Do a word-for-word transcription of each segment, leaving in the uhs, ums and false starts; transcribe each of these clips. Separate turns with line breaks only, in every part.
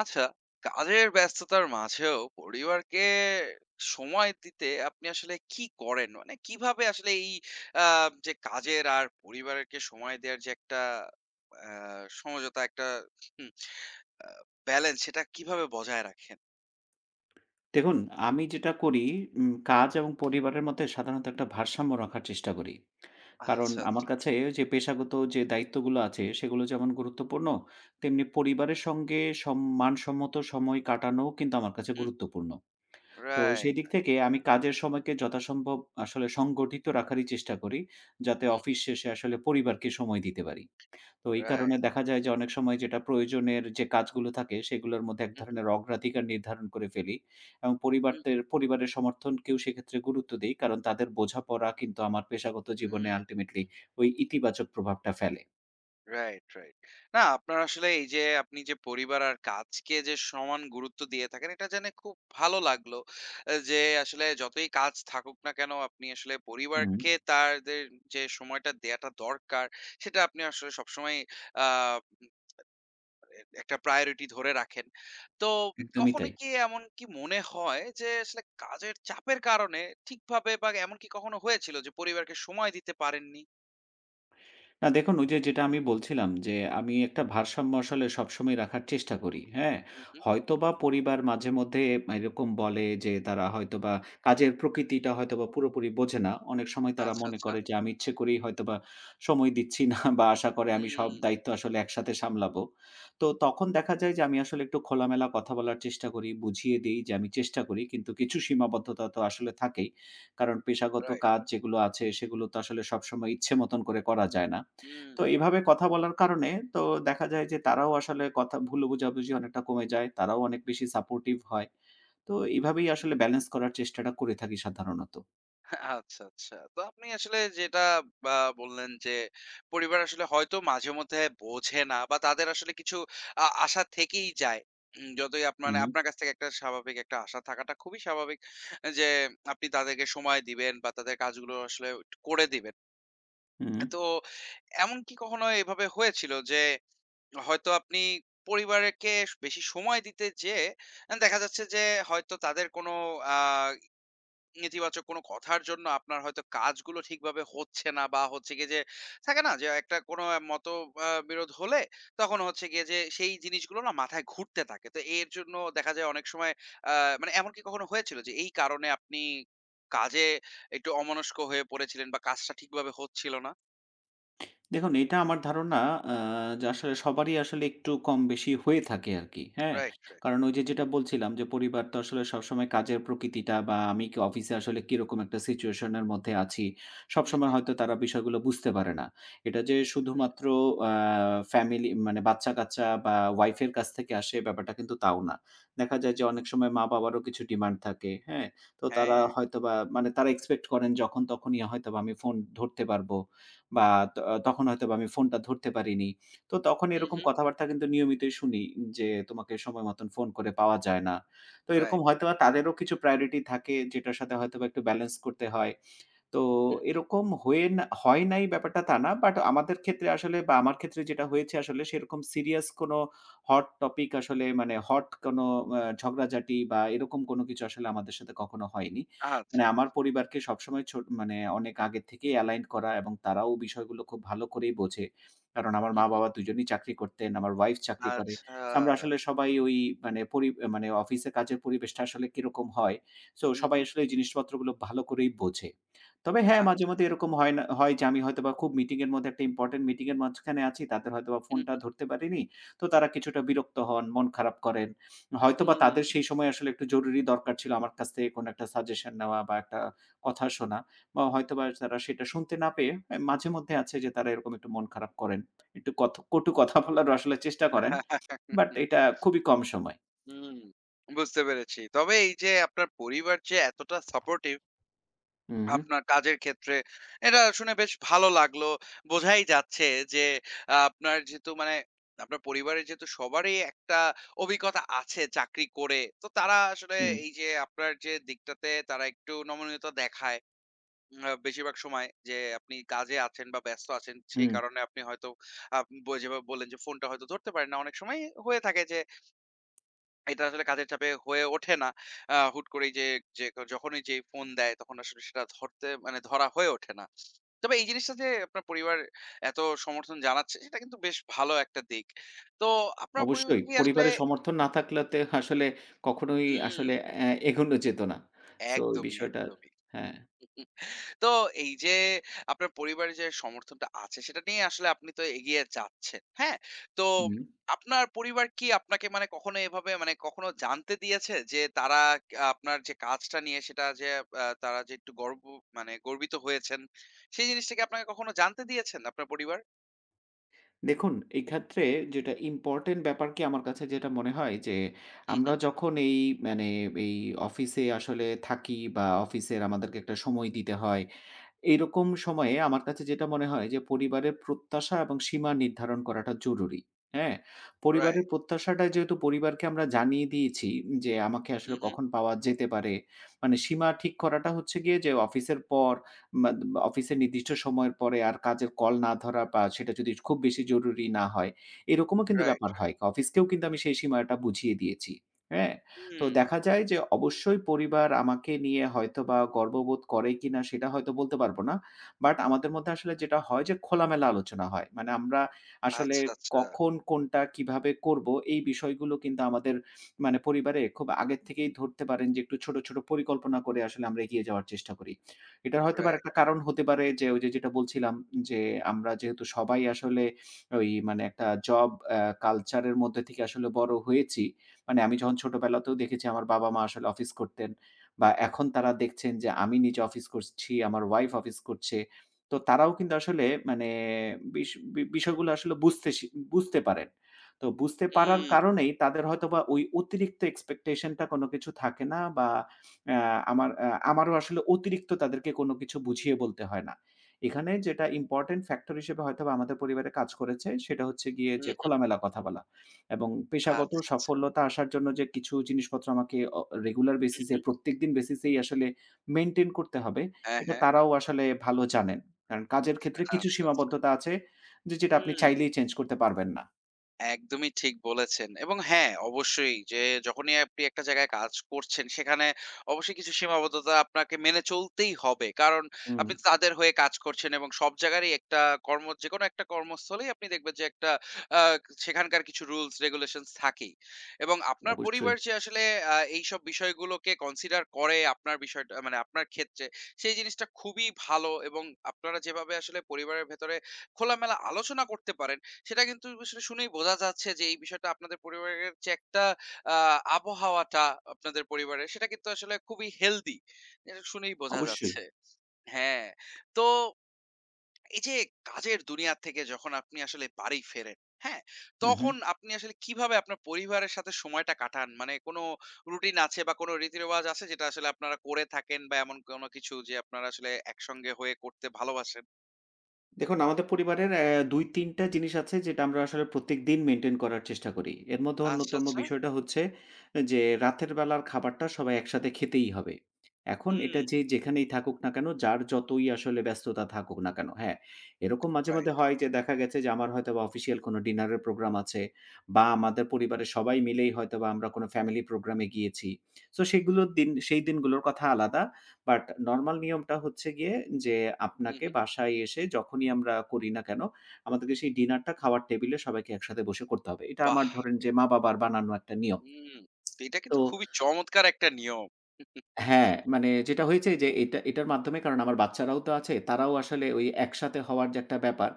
আচ্ছা, কাজের ব্যস্ততার মাঝেও পরিবারকে সময় দিতে আপনি আসলে কি করেন? মানে কিভাবে আসলে এই আ যে কাজের আর পরিবারকে সময় দেওয়ার যে একটা আ সমঝোতা একটা হুম, আ ব্যালেন্স সেটা কিভাবে বজায় রাখেন?
দেখুন, আমি যেটা করি উম কাজ এবং পরিবারের মধ্যে সাধারণত একটা ভারসাম্য রাখার চেষ্টা করি। কারণ
আচ্ছা,
আমার
আচ্ছা।
কাছে যে পেশাগত যে দায়িত্বগুলো আছে সেগুলো যেমন গুরুত্বপূর্ণ, তেমনি পরিবারের সঙ্গে সম মানসম্মত সময় কাটানোও কিন্তু আমার কাছে
হুম,
গুরুত্বপূর্ণ। তো সেই
রাইট।
দিক থেকে আমি কাজের সময়কে যথাসম্ভব আসলে সংগঠিত রাখারই চেষ্টা করি, যাতে
হুম,
অফিস শেষে আসলে পরিবারকে সময় দিতে পারি। তো এই কারণে
রাইট।
দেখা যায় যে অনেক সময় যেটা প্রয়োজনের যে কাজগুলো থাকে সেগুলোর
হুম,
মধ্যে এক
রাইট। হুম, right, হুম, হুম,
ধরনের অগ্রাধিকার নির্ধারণ করে ফেলি এবং
হুম।
পরিবারদের পরিবারের সমর্থনকেও সেক্ষেত্রে গুরুত্ব দিই, কারণ তাদের বোঝাপড়া কিন্তু আমার পেশাগত
হুম,
জীবনে
হুম,
আলটিমেটলি ওই ইতিবাচক প্রভাবটা ফেলে।
Right, right. না, আপনার আসলে এই যে আপনি যে পরিবার আর কাজকে যে সমান গুরুত্ব দিয়ে থাকেন এটা জেনে খুব ভালো লাগলো। আ যে আসলে যতই কাজ থাকুক না কেন আপনি আসলে
হুম,
পরিবারকে তাদের যে সময়টা দেয়াটা দরকার সেটা আপনি আসলে সবসময় আ উম এ একটা প্রায়োরিটি ধরে রাখেন। তো
একদমই
কখনো
তাই।
কি এমন কি মনে হয় যে আসলে কাজের চাপের কারণে ঠিকভাবে বা এমন কি কখনো হয়েছিল যে পরিবারকে সময় দিতে পারেননি?
না দেখুন, ওই যে যেটা আমি বলছিলাম যে, আমি একটা ভারসাম্য আসলে সবসময় রাখার চেষ্টা করি। হ্যাঁ?
হু, হু।
হয়তোবা পরিবার মাঝেমধ্যে এরকম বলে যে, তারা হয়তোবা কাজের প্রকৃতিটা হয়তোবা পুরোপুরি বোঝে না। অনেক সময় তারা
আচ্ছা,
মনে
আচ্ছা।
করে যে, আমি ইচ্ছে করেই হয়তোবা সময় দিচ্ছি না বা আশা করে আমি
হুম,
সব দায়িত্ব আসলে একসাথে সামলাবো। তো তখন দেখা যায় যে, আমি আসলে একটু খোলামেলা কথা বলার চেষ্টা করি, বুঝিয়ে দেই যে, আমি চেষ্টা করি। কিন্তু কিছু সীমাবদ্ধতা তো আসলে থাকেই। কারণ পেশাগত
রাইট,
কাজ
রাইট।
যেগুলো আছে, সেগুলো তো আসলে সবসময় ইচ্ছে মতন করে করা যায় না।
হুম।
তো এভাবে কথা বলার কারণে তো দেখা যায় যে তারাও আসলে কথা ভুল বোঝাবুঝি অনেকটা কমে যায়। তারাও অনেক বেশি সাপোর্টিভ হয়। তো এভাবেই আসলে ব্যালেন্স করার চেষ্টাটা করে থাকি সাধারণত।
আচ্ছা, আচ্ছা। তো আপনি আসলে যেটা বা বললেন যে, পরিবার আসলে হয়তো মাঝে মধ্যে বোঝে না বা তাদের আসলে কিছু আ আশা থেকেই যায়। উম যতই আপ
হুম,
মানে আপনার কাছ থেকে একটা স্বাভাবিক একটা আশা থাকাটা খুবই স্বাভাবিক যে, আপনি তাদেরকে সময় দিবেন বা তাদের কাজগুলো আসলে একটু করে দিবেন।
হুম।
তো এমন কি কখনো এভাবে হয়েছিল যে, হয়তো আপনি পরিবারকে বেশি সময় দিতে যেয়ে দেখা যাচ্ছে যে, হয়তো তাদের কোনো আ নেতিবাচক কোনো কথার জন্য আপনার হয়তো কাজগুলো ঠিকভাবে হচ্ছে না বা হচ্ছে গিয়ে যে থাকে না যে একটা কোনো মত আ বিরোধ হলে তখন হচ্ছে গিয়ে যে সেই জিনিসগুলো না মাথায় ঘুরতে থাকে। তো এর জন্য দেখা যায় অনেক সময় আ মানে এমন কি কখনো হয়েছিল যে এই কারণে আপনি কাজে একটু অমনস্ক হয়ে পড়েছিলেন বা কাজটা ঠিকভাবে হচ্ছিল না?
দেখুন, এটা আমার ধারণা, আ যে আসলে সবারই আসলে একটু কম বেশি হয়ে থাকে আরকি। হ্যাঁ?
Right, right.
কারণ ওই যে যেটা বলছিলাম যে পরিবার তো আসলে সবসময় কাজের প্রকৃতিটা বা আমি কি অফিসে আসলে কিরকম একটা সিচুয়েশন এর মধ্যে আছি,
হুম, হুম,
সবসময় হয়তো তারা বিষয়গুলো বুঝতে পারে না। এটা যে
হুম।
শুধুমাত্র আ ফ্যামিলি মানে বাচ্চা-কাচ্চা বা ওয়াইফ এর কাছ থেকে আসে ব্যাপারটা কিন্তু তাও না। দেখা যায় যে অনেক সময় মা-বাবারও কিছু ডিমান্ড থাকে। হ্যাঁ? তো তারা
হ্যাঁ।
হয়তোবা মানে তারা এক্সপেক্ট করেন যখন তখনই হয়তোবা আমি ফোন ধরতে পারবো, বা ত তখন হয়তোবা আমি ফোনটা ধরতে পারিনি। তো তখন
হুম,
এরকম
হুম।
কথাবার্তা কিন্তু নিয়মিতই শুনি যে, "তোমাকে সময় মতন ফোন করে পাওয়া যায় না।" তো এরকম
রাইট।
হয়তোবা তাদেরও কিছু প্রায়োরিটি থাকে যেটার সাথে হয়তোবা একটু ব্যালেন্স করতে হয়। তো
হুম।
এরকম হয়ে না হয় নাই ব্যাপারটা তা না। বাট আমাদের ক্ষেত্রে আসলে বা আমার ক্ষেত্রে যেটা হয়েছে আসলে সেরকম সিরিয়াস কোনো হট টপিক আসলে মানে হট কোনো আ ঝগড়াঝাটি বা এরকম কোনো কিছু আসলে আমাদের সাথে কখনো হয়নি। মানে
আচ্ছা,
আমার
আচ্ছা।
পরিবারকে সবসময় ছোট মানে অনেক আগে থেকেই এলাইন করা এবং তারাও বিষয়গুলো খুব ভালো করেই বোঝে। কারণ আমার
হুম, হুম।
মা-বাবা দুজনেই চাকরি করতেন। আমার ওয়াইফ চাকরি করে।
আচ্ছা।
সো আমরা আসলে সবাই ওই মানে পরি মানে অফিসে কাজের পরিবেশটা আসলে কিরকম হয়। সো
হুম,
সবাই
হুম।
আসলে এই জিনিসপত্রগুলো ভালো করেই বোঝে। তবে হ্যাঁ,
আচ্ছা।
মাঝেমধ্যে এরকম হয় না হয় যে আমি হয়তোবা খুব মিটিং এর মধ্যে, একটা ইম্পোর্টেন্ট মিটিং এর মাঝখানে আছি। তাদের হয়তোবা
হুম,
ফোনটা
হুম।
ধরতে পারিনি। তো তারা কিছুটা বিরক্ত হন, মন খারাপ করেন। হয়তোবা তাদের
হুম।
সেই সময় আসলে একটু জরুরি দরকার ছিল আমার কাছ থেকে কোনো একটা সাজেশন নেওয়া বা একটা কথা শোনা। বা হয়তোবা তারা সেটা শুনতে না পেয়ে এ মাঝেমধ্যে আছে যে তারা এরকম একটু মন খারাপ করেন। একটু কথ কটু কথা বলারও আসলে চেষ্টা করেন। বাট এটা খুবই কম সময়।
হুম, বুঝতে পেরেছি। তবে এই যে আপনার পরিবার যে এতটা সাপোর্টিভ
হু, হু।
আপনার কাজের ক্ষেত্রে, এটা শুনে বেশ ভালো লাগলো। বোঝাই যাচ্ছে যে আ আপনার যেহেতু মানে আপনার পরিবারের যেহেতু সবারই একটা অভিজ্ঞতা আছে চাকরি করে, তো তারা আসলে
হুম,
এই যে আপনার যে দিকটাতে তারা একটু নমনীয়তা দেখায়, উম আ বেশিরভাগ সময় যে আপনি কাজে আছেন বা ব্যস্ত আছেন সেই
হুম।
কারণে আপনি হয়তো আপ ব যেভাবে বললেন যে ফোনটা হয়তো ধরতে পারেন না। অনেক সময় হয়ে থাকে যে এটা আসলে কাজের চাপে হয়ে ওঠে না। আ হুট করেই যে, যে যখনই যেই ফোন দেয় তখন আসলে সেটা ধরতে মানে ধরা হয়ে ওঠে না। তবে এই জিনিসটা যে আপনার পরিবার এত সমর্থন জানাচ্ছে সেটা কিন্তু বেশ ভালো একটা দিক। তো আপনার পরিবার
অবশ্যই।
কি আসলে।
পরিবারের সমর্থন না থাকলেতে আসলে কখনোই
হুম,
আসলে অ্যা এগোনো যেত না। সো ওই
একদমই,
বিষয়টা
একদমই।
হ্যাঁ।
তো এই যে আপনার পরিবারের যে সমর্থনটা আছে সেটা নিয়ে আসলে আপনি তো এগিয়ে যাচ্ছেন। হ্যাঁ? তো
হুম।
আপনার পরিবার কি আপনাকে মানে কখনো এভাবে মানে কখনো জানতে দিয়েছে যে তারা আ আপনার যে কাজটা নিয়ে সেটা যে আ তারা যে একটু গর্ব মানে গর্বিত হয়েছেন, সেই জিনিসটা কি আপনাকে কখনো জানতে দিয়েছেন আপনার পরিবার?
দেখুন, এই ক্ষেত্রে যেটা ইম্পোর্টেন্ট ব্যাপার কি আমার কাছে যেটা মনে হয় যে,
হু, হু।
আমরা যখন এই মানে এই অফিসে আসলে থাকি বা অফিসের আমাদেরকে একটা সময় দিতে হয়। এইরকম সময়ে আমার কাছে যেটা মনে হয় যে পরিবারের প্রত্যাশা এবং সীমা নির্ধারণ করাটা জরুরি। হ্যাঁ? পরিবারের
রাইট।
প্রত্যাশাটা যেহেতু পরিবারকে আমরা জানিয়ে দিয়েছি যে আমাকে
হু,
আসলে
হু।
কখন পাওয়া যেতে পারে। মানে সীমা ঠিক করাটা হচ্ছে গিয়ে যে অফিসের পর বা অফিসের নির্দিষ্ট সময়ের পরে আর কাজের কল না ধরা, বা সেটা যদি খুব বেশি জরুরি না হয়, এরকমও কিন্তু
রাইট।
ব্যাপার হয়। অফিসকেও কিন্তু আমি সেই সীমাটা বুঝিয়ে দিয়েছি। হ্যাঁ? তো
হুম।
দেখা যায় যে অবশ্যই পরিবার আমাকে নিয়ে হয়তোবা গর্ববোধ করে কিনা সেটা হয়তো বলতে পারব না। বাট আমাদের মধ্যে আসলে যেটা হয় যে খোলামেলা আলোচনা হয়। মানে আমরা আসলে
আচ্ছা, আচ্ছা।
কখন কোনটা কিভাবে করব, এই বিষয়গুলো কিন্তু আমাদের মানে পরিবারে খুব আগের থেকেই ধরতে পারেন যে একটু ছোট, ছোট পরিকল্পনা করে আসলে আমরা এগিয়ে যাওয়ার চেষ্টা করি। এটার হয়তোবা
রাইট।
একটা কারণ হতে পারে যে ওই যে যেটা বলছিলাম যে আমরা যেহেতু সবাই আসলে ওই মানে একটা জব অ্যা কালচার এর মধ্যে থেকে আসলে বড় হয়েছি। মানে আমি যখন ছোটবেলাতেও দেখেছি আমার বাবা-মা আসলে অফিস করতেন, বা এখন তারা দেখছেন যে আমি নিজে অফিস করছি, আমার ওয়াইফ অফিস করছে। তো তারাও কিন্তু আসলে মানে বিষ বি বিষয়গুলো আসলে বুঝতে শি বুঝতে পারেন। তো বুঝতে পারার
হুম।
কারণেই তাদের হয়তোবা ওই অতিরিক্ত expectation টা কোনো কিছু থাকে না বা অ্যা আমার অ্যা আমারও আসলে অতিরিক্ত তাদেরকে কোনো কিছু বুঝিয়ে বলতে হয় না। এখানে যেটা ইম্পোর্টেন্ট ফ্যাক্টর হিসেবে হয়তোবা আমাদের পরিবারে কাজ করেছে সেটা হচ্ছে গিয়ে
হু,
যে
হু।
খোলামেলা কথা বলা। এবং পেশাগত
আচ্ছা, আচ্ছা।
সাফল্যতা আসার জন্য যে কিছু জিনিসপত্র আমাকে অ রেগুলার
হু,
বেসিস
হু।
এ প্রত্যেকদিন বেসিসেই আসলে মেইনটেইন করতে হবে,
হ্যাঁ,
এটা
হ্যাঁ।
তারাও আসলে ভালো জানেন। কারণ কাজের ক্ষেত্রে কিছু
আচ্ছা, আচ্ছা।
সীমাবদ্ধতা আছে যে, যেটা আপনি
হুম।
চাইলেই চেঞ্জ করতে পারবেন না।
একদমই ঠিক বলেছেন। এবং হ্যাঁ, অবশ্যই যে যখনই আপনি একটা জায়গায় কাজ করছেন, সেখানে অবশ্যই কিছু সীমাবদ্ধতা আপনাকে মেনে চলতেই হবে। কারণ
হুম,
আপনি তো তাদের হয়ে কাজ করছেন এবং সব জায়গারই একটা কর্ম যেকোনো একটা কর্মস্থলেই আপনি দেখবেন যে একটা আ সেখানকার কিছু রুলস রেগুলেশনস থাকেই। এবং আপনার পরিবার
অবশ্যই,
যে আসলে আ এইসব বিষয়গুলোকে কনসিডার করে আপনার বিষয়টা মানে আপনার ক্ষেত্রে, সেই জিনিসটা খুবই ভালো। এবং আপনারা যেভাবে আসলে পরিবারের ভেতরে খোলামেলা আলোচনা করতে পারেন সেটা কিন্তু আসলে শুনেই বোঝা যাচ্ছে যে এই বিষয়টা আপনাদের পরিবারের যে একটা আ আবহাওয়াটা আপনাদের পরিবারের সেটা কিন্তু আসলে খুবই হেলদি। এটা শুনেই বোঝা
অবশ্যই।
যাচ্ছে। হ্যাঁ, তো এই যে কাজের দুনিয়া থেকে যখন আপনি আসলে বাড়ি ফেরেন, হ্যাঁ?
হু, হু।
তখন আপনি আসলে কিভাবে আপনার পরিবারের সাথে সময়টা কাটান? মানে কোনো রুটিন আছে বা কোনো রীতি-রেওয়াজ আছে যেটা আসলে আপনারা করে থাকেন বা এমন কোনো কিছু যে আপনারা আসলে একসঙ্গে হয়ে করতে ভালোবাসেন?
দেখুন, আমাদের পরিবারের অ্যা দুই তিন টা জিনিস আছে যেটা আমরা আসলে প্রত্যেকদিন মেইনটেইন করার চেষ্টা করি। এর মধ্যে
আচ্ছা,
অন্যতম
আচ্ছা।
বিষয়টা হচ্ছে যে রাতের বেলার খাবারটা সবাই একসাথে খেতেই হবে। এখন
হুম,
এটা যে যেখানেই থাকুক না কেন, যার যতই আসলে ব্যস্ততা থাকুক না কেন, হ্যাঁ? এরকম মাঝে, মাঝে
রাইট।
হয় যে দেখা গেছে যে আমার হয়তোবা অফিসিয়াল কোনো ডিনারের প্রোগ্রাম আছে, বা আমাদের পরিবারের সবাই মিলেই হয়তোবা আমরা কোনো ফ্যামিলি প্রোগ্রামে গিয়েছি। সো সেগুলোর দিন সেই দিনগুলোর কথা আলাদা। বাট নরমাল নিয়মটা হচ্ছে গিয়ে যে
হু,
আপনাকে
হু।
বাসায় এসে যখনই আমরা করি না কেন, আমাদেরকে সেই ডিনারটা খাওয়ার টেবিলে সবাইকে একসাথে বসে করতে হবে। এটা
বাহ!
আমার ধরেন যে মা-বাবার বানানো একটা নিয়ম।
হুম, এটা
তো
কিন্তু খুবই চমৎকার একটা নিয়ম।
হ্যাঁ, মানে যেটা হয়েছে যে এটা এটার মাধ্যমে, কারণ আমার বাচ্চারাও তো আছে, তারাও আসলে ওই একসাথে হওয়ার যে একটা ব্যাপার।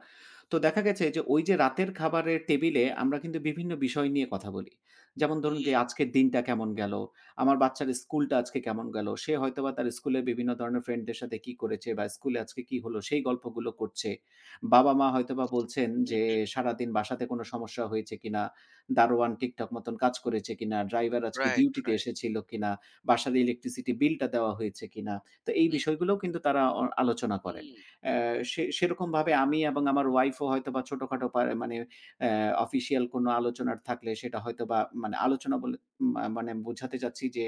তো দেখা গেছে যে ওই যে রাতের খাবারের টেবিলে আমরা কিন্তু বিভিন্ন বিষয় নিয়ে কথা বলি। যেমন ধরুন যে
হুম,
আজকের দিনটা কেমন গেল? আমার বাচ্চার স্কুলটা আজকে কেমন গেল? সে হয়তোবা তার স্কুলের বিভিন্ন ধরনের ফ্রেন্ডদের সাথে কি করেছে বা স্কুলে আজকে কি হলো সেই গল্পগুলো করছে। বাবা-মা হয়তোবা বলছেন
হু,
যে
হু।
সারাদিন বাসাতে কোনো সমস্যা হয়েছে কিনা? দারোয়ান ঠিকঠাক মতন কাজ করেছে কিনা? ড্রাইভার আজকে
রাইট,
ডিউটিতে
রাইট।
এসেছিল কিনা? বাসার ইলেকট্রিসিটি বিলটা দেওয়া হয়েছে কিনা? তো এই
হুম,
বিষয়গুলোও কিন্তু তারা অ আলোচনা করেন।
হুম,
অ্যা সে সেরকমভাবে আমি এবং আমার ওয়াইফও হয়তোবা ছোটখাটো পা মানে অ্যা অফিসিয়াল কোনো আলোচনার থাকলে সেটা হয়তোবা মানে আলোচনা বলে মা মানে বোঝাতে চাচ্ছি যে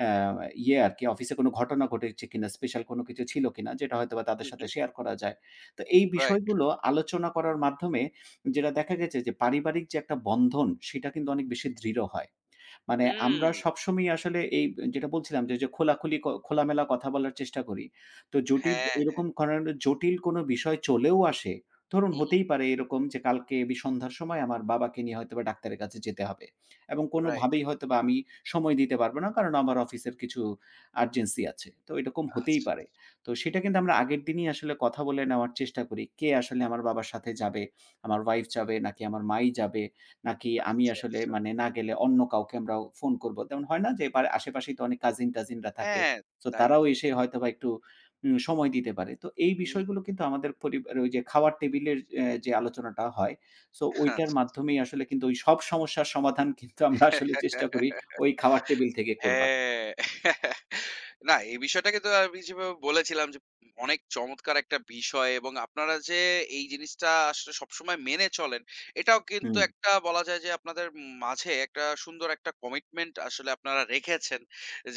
অ্যা ইয়ে আরকি, অফিসে কোনো ঘটনা ঘটেছে কিনা, স্পেশাল কোনো কিছু ছিল কিনা যেটা হয়তোবা
হু,
তাদের
হু।
সাথে শেয়ার করা যায়। তো এই
রাইট,
বিষয়গুলো
রাইট।
আলোচনা করার মাধ্যমে যেটা দেখা গেছে যে পারিবারিক যে একটা বন্ধন সেটা কিন্তু অনেক বেশি দৃঢ় হয়। মানে আমরা
হুম,
সবসময়ই আসলে এই যেটা বলছিলাম যে, যে খোলাখুলি ক খোলামেলা কথা বলার চেষ্টা করি। তো জটিল
হ্যাঁ, হ্যাঁ।
এরকম কারণ জটিল কোনো বিষয় চলেও আসে। ধরুন
হু, হু।
হতেই পারে এরকম যে কালকে বি সন্ধ্যার সময় আমার বাবাকে নিয়ে হয়তোবা ডাক্তারের কাছে যেতে হবে। এবং
রাইট।
কোনোভাবেই হয়তোবা আমি সময় দিতে পারব না। কারণ আমার অফিসের কিছু আর্জেন্সি আছে। তো এরকম হতেই
আচ্ছা।
পারে। তো সেটা কিন্তু
হুম,
আমরা আগের দিনই আসলে কথা বলে নেওয়ার চেষ্টা করি। কে আসলে আমার বাবার সাথে যাবে? আমার ওয়াইফ যাবে নাকি আমার মাই যাবে? নাকি আমি
আচ্ছা,
আসলে
আচ্ছা।
মানে না গেলে অন্য কাউকে আমরা ফোন করব। তেমন হয় না যে, বা আশেপাশেই তো অনেক কাজিন-টাজিনরা থাকে।
হ্যাঁ,
সো
তাই
তারাও
তো।
এসে হয়তোবা একটু উম সময় দিতে পারে। তো এই
হুম,
বিষয়গুলো কিন্তু আমাদের পরিবারে ওই যে খাওয়ার টেবিলের এ যে আলোচনাটা হয়, সো ওইটার
আচ্ছা।
মাধ্যমেই আসলে কিন্তু ওই সব সমস্যার সমাধান কিন্তু আমরা আসলে চেষ্টা করি ওই খাওয়ার টেবিল থেকে করবার।
হ্যাঁ। না, এই বিষয়টাকে তো আমি যেভাবে বলেছিলাম যে অনেক চমৎকার একটা বিষয় এবং আপনারা যে এই জিনিসটা আসলে সবসময় মেনে চলেন, এটাও কিন্তু
হুম,
একটা বলা যায় যে আপনাদের মাঝে একটা সুন্দর একটা কমিটমেন্ট আসলে আপনারা রেখেছেন।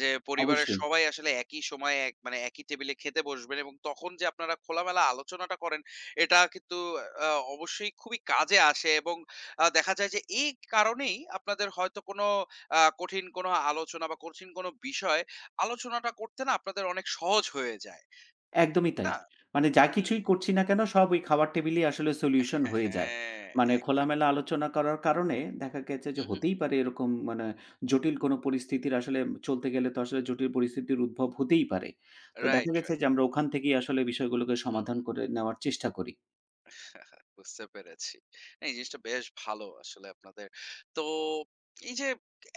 যে পরিবারের
অবশ্যই।
সবাই আসলে একই সময়ে এক মানে একই টেবিলে খেতে বসবেন এবং তখন যে আপনারা খোলামেলা আলোচনাটা করেন, এটা কিন্তু আ অবশ্যই খুবই কাজে আসে এবং আ দেখা যায় যে এই কারণেই আপনাদের হয়তো কোনো আ কঠিন কোনো আলোচনা বা কঠিন কোনো বিষয় আলোচনাটা করতে না আপনাদের অনেক সহজ হয়ে যায়।
একদমই তাই।
না?
মানে যা
হুম।
কিছুই করছি না কেন, সব ওই খাওয়ার টেবিলেই আসলে সলিউশন
হ্যাঁ,
হয়ে যায়।
হ্যাঁ,
মানে
একদমই।
খোলামেলা আলোচনা করার কারণে দেখা গেছে যে
হু, হু।
হতেই পারে এরকম, মানে জটিল কোনো পরিস্থিতির আসলে চলতে গেলে তো আসলে জটিল পরিস্থিতির উদ্ভব হতেই পারে। তো দেখা
রাইট,
গেছে
রাইট।
যে আমরা ওখান থেকেই আসলে বিষয়গুলোকে
হুম।
সমাধান করে নেওয়ার চেষ্টা করি।
বুঝতে পেরেছি। না, এই জিনিসটা বেশ ভালো আসলে আপনাদের। তো এই যে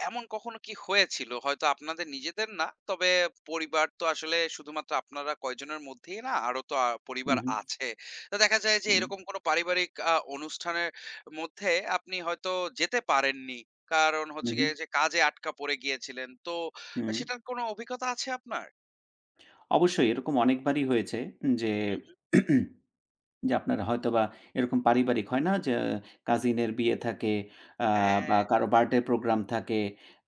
এমন কখনো কি হয়েছিল হয়তো আপনাদের নিজেদের না, তবে পরিবার তো আসলে শুধুমাত্র আপনারা কয়জনের মধ্যেই না, আরো তো আ
হু,
পরিবার
হু,
আছে। তো দেখা যায় যে
হু,
এরকম কোনো পারিবারিক আ অনুষ্ঠানের মধ্যে আপনি হয়তো যেতে পারেননি। কারণ
হু,
হচ্ছে
হু,
গিয়ে যে কাজে আটকা পড়ে গিয়েছিলেন। তো
হু।
সেটার কোনো অভিজ্ঞতা আছে আপনার?
অবশ্যই এরকম অনেকবারই হয়েছে যে
হুম, হুম।
যে আপনারা হয়তোবা এরকম পারিবারিক হয় না যে কাজিনের বিয়ে থাকে, আ বা
হ্যাঁ,
কারো বার্থডে প্রোগ্রাম থাকে।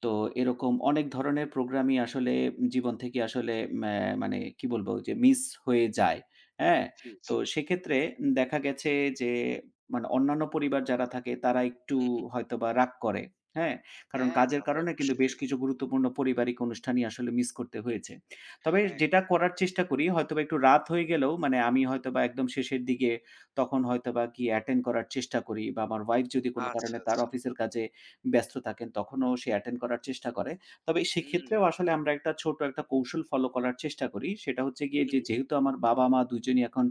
তো এরকম অনেক ধরনের প্রোগ্রামই আসলে জীবন থেকে আসলে ম্যা মানে কি বলবো যে মিস হয়ে যায়। হ্যাঁ?
জি,
তো
জি।
সেক্ষেত্রে দেখা গেছে যে মানে অন্যান্য পরিবার যারা থাকে তারা একটু
হুম, হুম।
হয়তোবা রাগ করে। হ্যাঁ? কারণ
হ্যাঁ,
কাজের
তা তো
কারণে কিন্তু বেশ
অবশ্যই।
কিছু গুরুত্বপূর্ণ পারিবারিক অনুষ্ঠানই আসলে মিস করতে হয়েছে। তবে
হ্যাঁ,
যেটা করার চেষ্টা করি হয়তোবা একটু রাত হয়ে গেলেও, মানে আমি হয়তোবা একদম শেষের দিকে তখন হয়তোবা গিয়ে অ্যাটেন্ড করার চেষ্টা করি, বা আমার ওয়াইফ যদি কোনো
আচ্ছা,
কারণে তার
আচ্ছা।
অফিসের কাজে ব্যস্ত থাকেন তখনও সে অ্যাটেন্ড করার চেষ্টা করে। তবে
হুম,
সেক্ষেত্রেও আসলে আমরা একটা ছোট একটা কৌশল ফলো করার চেষ্টা করি। সেটা হচ্ছে গিয়ে
হু,
যে
হু।
যেহেতু আমার বাবা-মা দুজনই এখন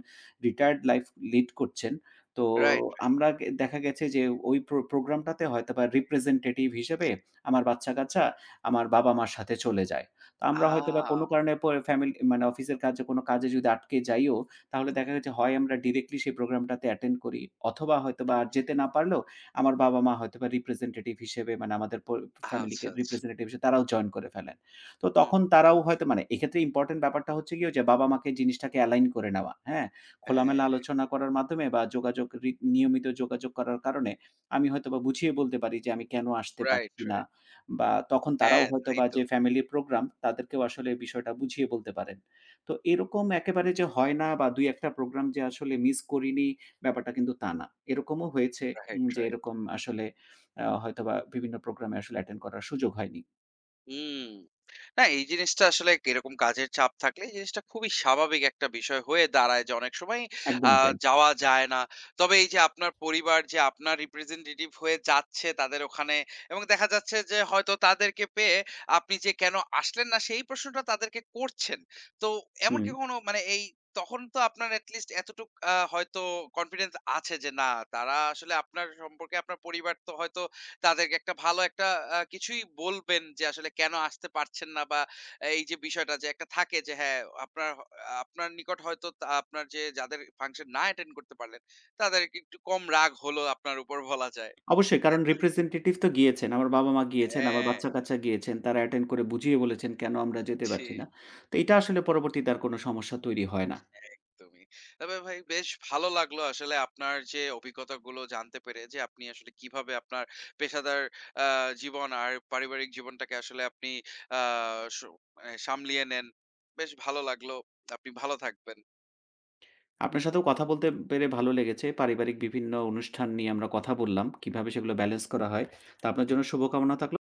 রিটায়ার্ড লাইফ লিড করছেন। তো
রাইট।
আমরা গে দেখা গেছে যে ওই প্র প্রোগ্রামটাতে হয়তোবা রিপ্রেজেন্টেটিভ হিসেবে আমার বাচ্চা-কাচ্চা আমার বাবা-মার সাথে চলে যায়। তো আমরা হয়তোবা কোনো
আ
কারণে প ফ্যামিলি মানে অফিসের কাজে কোনো কাজে যদি আটকে যাইও, তাহলে
হুম,
দেখা গেছে হয় আমরা ডিরেক্টলি সেই প্রোগ্রামটাতে অ্যাটেন্ড করি, অথবা হয়তোবা আর
হুম।
যেতে না পারলেও আমার বাবা-মা হয়তোবা রিপ্রেজেন্টেটিভ হিসেবে মানে আমাদের পর
আচ্ছা,
ফ্যামিলিকে
আচ্ছা।
রিপ্রেজেন্টেটিভ হিসেবে তারাও জয়েন করে ফেলেন। তো
হুম,
তখন তারাও হয়তো মানে এক্ষেত্রে ইম্পোর্টেন্ট ব্যাপারটা হচ্ছে গিয়ে যে বাবা-মাকে জিনিসটাকে অ্যালাইন করে নেওয়া, হ্যাঁ? খোলামেলা
হ্যাঁ।
আলোচনা করার মাধ্যমে বা যোগাযোগ রি নিয়মিত যোগাযোগ করার কারণে আমি হয়তোবা বুঝিয়ে বলতে পারি যে আমি কেন আসতে
রাইট,
পারছি না।
রাইট।
বা তখন তারাও
হ্যাঁ, তাই
হয়তোবা
তো।
যে ফ্যামিলি প্রোগ্রাম তাদেরকেও আসলে বিষয়টা বুঝিয়ে বলতে পারেন। তো এরকম একেবারে যে হয় না বা দুই এক টা প্রোগ্রাম যে আসলে মিস করিনি ব্যাপারটা কিন্তু তা না। এরকমও হয়েছে
রাইট,
উম যে
রাইট।
এরকম আসলে আ হয়তোবা বিভিন্ন প্রোগ্রামে আসলে অ্যাটেন্ড করার সুযোগ হয়নি।
হুম। না, এই জিনিসটা আসলে এরকম কাজের চাপ থাকলে এই জিনিসটা খুবই স্বাভাবিক একটা বিষয় হয়ে দাঁড়ায় যে অনেক সময় আ
একদমই তাই।
যাওয়া যায় না। তবে এই যে আপনার পরিবার যে আপনার রিপ্রেজেন্টেটিভ হয়ে যাচ্ছে তাদের ওখানে এবং দেখা যাচ্ছে যে হয়তো তাদেরকে পেয়ে আপনি যে কেন আসলেন না সেই প্রশ্নটা তাদেরকে করছেন। তো এমন কি
হুম।
কখনো মানে এই তখন তো আপনার এট লিস্ট এতটুক আ হয়তো কনফিডেন্স আছে যে না, তারা আসলে আপনার সম্পর্কে আপনার পরিবার তো হয়তো তাদেরকে একটা ভালো একটা আ কিছুই বলবেন যে আসলে কেন আসতে পারছেন না বা এই যে বিষয়টা যে একটা থাকে যে হ্যাঁ, আপনার হ আপনার নিকট হয়তো তা আপনার যে যাদের ফাংশন না অ্যাটেন্ড করতে পারলেন, তাদেরকে একটু কম রাগ হলো আপনার উপর বলা যায়।
অবশ্যই
তাই
কারণ
তো?
রিপ্রেজেন্টেটিভ তো গিয়েছেন। আমার বাবা-মা গিয়েছেন, আমার
হ্যাঁ,
বাচ্চা-কাচ্চা গিয়েছেন। তারা অ্যাটেন্ড করে বুঝিয়ে বলেছেন কেন আমরা যেতে
ছি।
পারছি না। তো এটা আসলে পরবর্তীতে আর কোনো সমস্যা তৈরি হয় না।
একদমই। তবে ভাই বেশ ভালো লাগলো আসলে আপনার যে অভিজ্ঞতাগুলো জানতে পেরে যে আপনি আসলে কিভাবে আপনার পেশাদার আ জীবন আর পারিবারিক জীবনটাকে আসলে আপনি আ স মানে সামলিয়ে নেন। বেশ ভালো লাগলো। আপনি ভালো থাকবেন।
আপনার সাথেও কথা বলতে পেরে ভালো লেগেছে। পারিবারিক বিভিন্ন অনুষ্ঠান নিয়ে আমরা কথা বললাম। কিভাবে সেগুলো ব্যালেন্স করা হয়। তো আপনার জন্য শুভকামনা থাকলো।